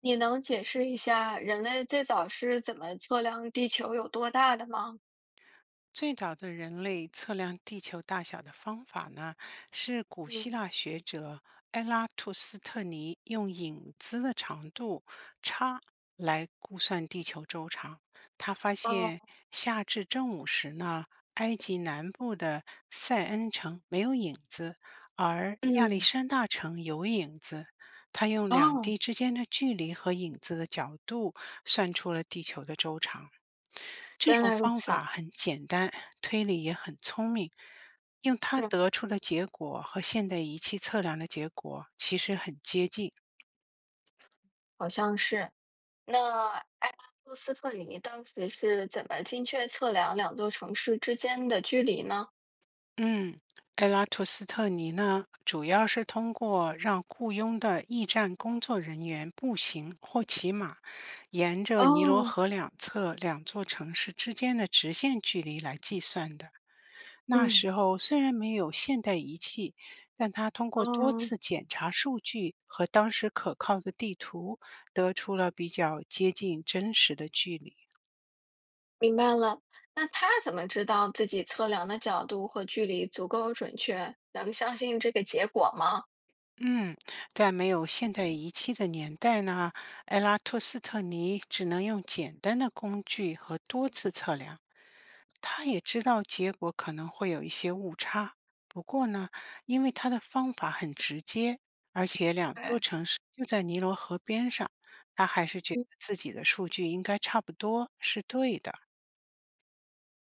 你能解释一下人类最早是怎么测量地球有多大的吗？最早的人类测量地球大小的方法呢，是古希嗯，腊学者埃拉图斯特尼用影子的长度差来估算地球周长。他发哦，现夏至正午时呢，埃及南部的塞恩城没有影子，而亚历嗯，山大城有影子。他用两哦，地之间的距离和影子的角度算出了地球的周长。这原种来如方此，法很简单，推理也很聪明，用它是，得出的结果和现代仪器测量的结果其实很接近。好像是。那埃拉布斯特里当时是怎么精确测量两座城市之间的距离呢？嗯，埃拉图斯特尼呢，主要是通过让雇佣的驿站工作人员步行或骑马，沿着尼罗哦，河两侧两座城市之间的直线距离来计算的。那嗯，时候虽然没有现代仪器，但他通过多哦，次检查数据和当时可靠的地图，得出了比较接近真实的距离。明白了。那他怎么知道自己测量的角度和距离足够准确，能相信这个结果吗？嗯，在没有现代仪器的年代呢，埃拉托斯特尼只能用简单的工具和多次测量。他也知道结果可能会有一些误差，不过呢，因为他的方法很直接，而且两座对。城市就在尼罗河边上，他还是觉得自己的数据应该差不多是对的。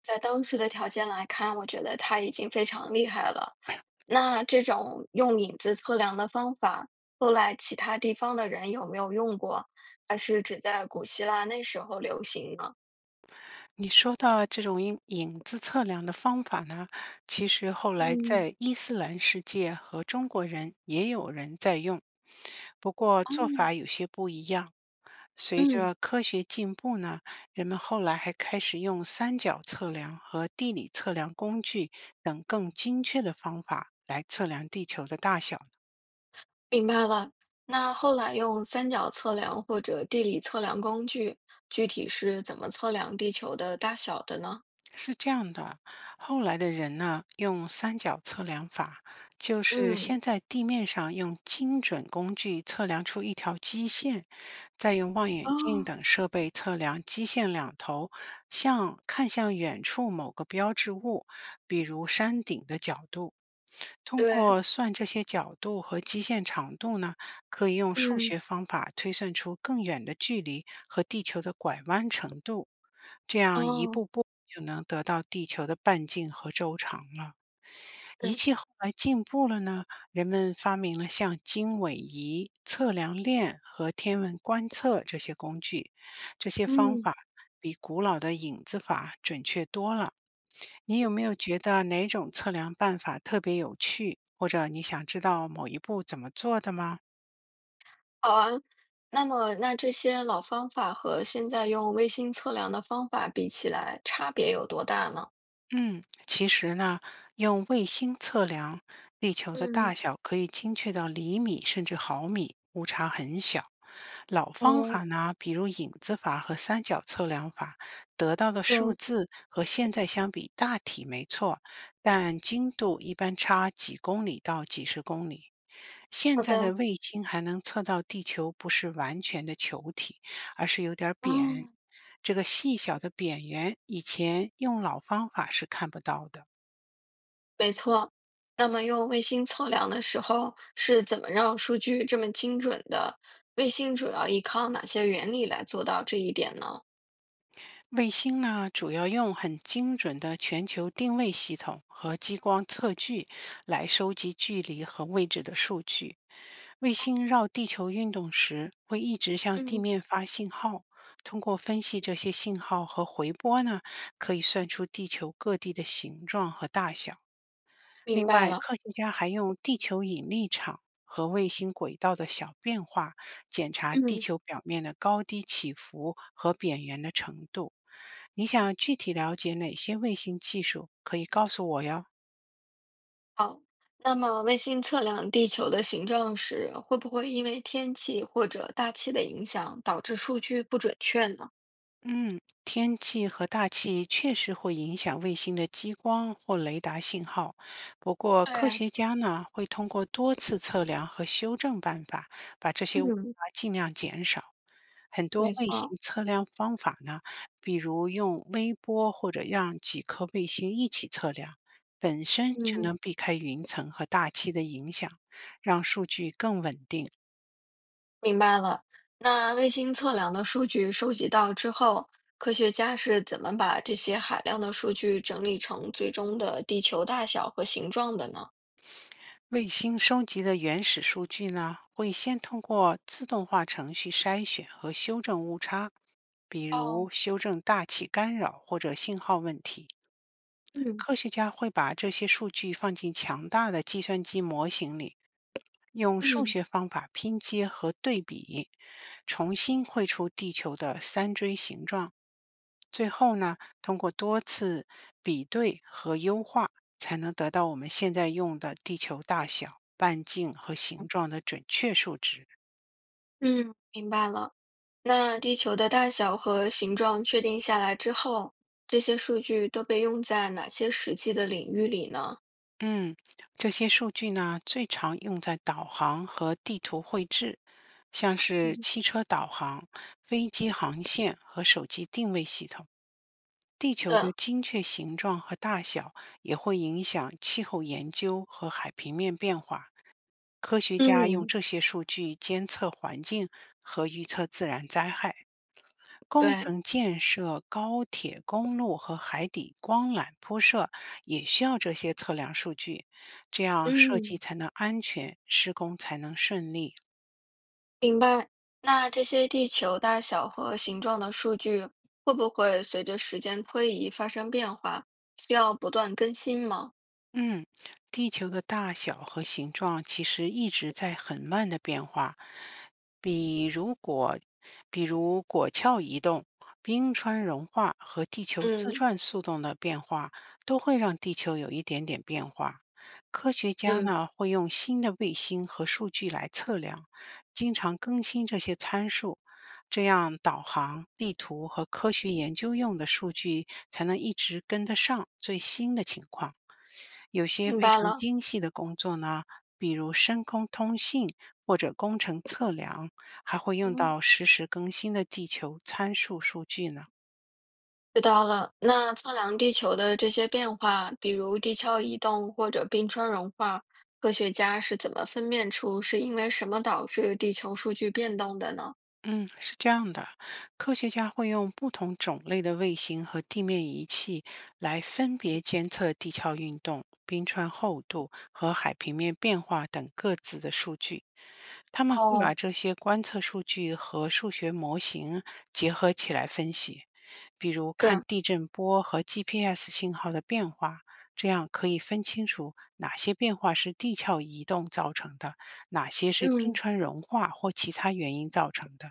在当时的条件来看，我觉得他已经非常厉害了。那这种用影子测量的方法，后来其他地方的人有没有用过？还是只在古希腊那时候流行呢？你说到这种影子测量的方法呢，其实后来嗯，在伊斯兰世界和中国人也有人在用，不过做嗯法有些不一样。随嗯，着科学进步呢，人们后来还开始用三角测量和地理测量工具等更精确的方法来测量地球的大小。明白了。那后来用三角测量或者地理测量工具，具体是怎么测量地球的大小的呢？是这样的，后来的人呢，用三角测量法，就是嗯，先在地面上用精准工具测量出一条基线，再用望远哦，镜等设备测量基线两头，向看向远处某个标志物，比如山顶的角度。通对，过算这些角度和基线长度呢，可以用数嗯，学方法推算出更远的距离和地球的拐弯程度，这样一哦，步步就能得到地球的半径和周长了。对，仪器后来进步了呢，人们发明了像经纬仪、测量链和天文观测这些工具，这些方嗯。法比古老的影子法准确多了。你有没有觉得哪种测量办法特别有趣，或者你想知道某一步怎么做的吗？好啊，那么那这些老方法和现在用卫星测量的方法比起来，差别有多大呢？嗯，其实呢，用卫星测量地球的大嗯，小可以精确到厘米甚至毫米，误差很小。老方哦，法呢，比如影子法和三角测量法，得到的数嗯，字和现在相比大体没错，但精度一般差几公里到几十公里。现好在的的，卫星还能测到地球不是完全的球体，而是有点儿扁。嗯，这个细小的扁圆，以前用老方法是看不到的。没错，那么用卫星测量的时候是怎么让数据这么精准的？卫星主要依靠哪些原理来做到这一点呢？卫星呢，主要用很精准的全球定位系统和激光测距来收集距离和位置的数据。卫星绕地球运动时，会一直向地嗯面发信号。通过分析这些信号和回波呢，可以算出地球各地的形状和大小。明另白外，了。科学家还用地球引力场和卫星轨道的小变化检查地嗯。球表面的高低起伏和扁圆的程度。你想具体了解哪些卫星技术？可以告诉我哟。好，那么卫星测量地球的形状时，会不会因为天气或者大气的影响导致数据不准确呢？嗯，天气和大气确实会影响卫星的激光或雷达信号。不过，科对，学家呢会通过多次测量和修正办法，把这些误嗯，差尽量减少。很多没卫错。星测量方法呢，比如用微波或者让几颗卫星一起测量，本身就嗯，能避开云层和大气的影响，让数据更稳定。明白了。那卫星测量的数据收集到之后，科学家是怎么把这些海量的数据整理成最终的地球大小和形状的呢？卫星收集的原始数据呢，会先通过自动化程序筛选和修正误差，比如哦，修正大气干扰或者信号问题。嗯科学家会把这些数据放进强大的计算机模型里，用数嗯学方法拼接和对比，重新绘出地球的三锥形状。最后呢，通过多次比对和优化，才能得到我们现在用的地球大小、半径和形状的准确数值。嗯，明白了。那地球的大小和形状确定下来之后，这些数据都被用在哪些实际的领域里呢？嗯，这些数据呢，最常用在导航和地图绘制，像是嗯汽车导航、飞机航线和手机定位系统。地球的嗯精确形状和大小也会影响气候研究和海平面变化。科学家用嗯，这些数据监测环境和预测自然灾害。工对，程建设、高铁、公路和海底光缆铺设也需要这些测量数据，这样设计嗯才能安全，施工才能顺利。明白。那这些地球大小和形状的数据会不会随着时间推移发生变化？需要不断更新吗？嗯，地球的大小和形状其实一直在很慢的变化，比如果，比如果壳移动、冰川融化和地球自嗯转速度的变化，都会让地球有一点点变化。科学家嗯，呢会用新的卫星和数据来测量，经常更新这些参数，这样导航、地图和科学研究用的数据才能一直跟得上最新的情况。有些明非白常了。精细的工作呢，比如深空通信或者工程测量，还会用嗯。到实时更新的地球参数数据呢。知道了，那测量地球的这些变化，比如地壳移动或者冰川融化，科学家是怎么分辨出是因为什么导致地球数据变动的呢？嗯，是这样的，科学家会用不同种类的卫星和地面仪器来分别监测地壳运动、冰川厚度和海平面变化等各自的数据。他们会哦，把这些观测数据和数学模型结合起来分析，比如看是，地震波和 GPS 信号的变化，这样可以分清楚哪些变化是地壳移动造成的，哪些是嗯。冰嗯，川融化或其他原因造成的。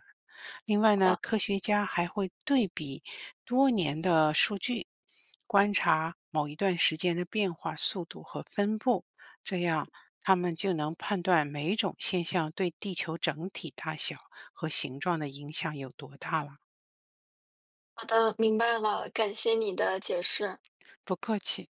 另外好呢，的，科学家还会对比多年的数据，观察某一段时间的变化速度和分布，这样他们就能判断每一种现象对地球整体大小和形状的影响有多大了。好的，明白了，感谢你的解释。不客气。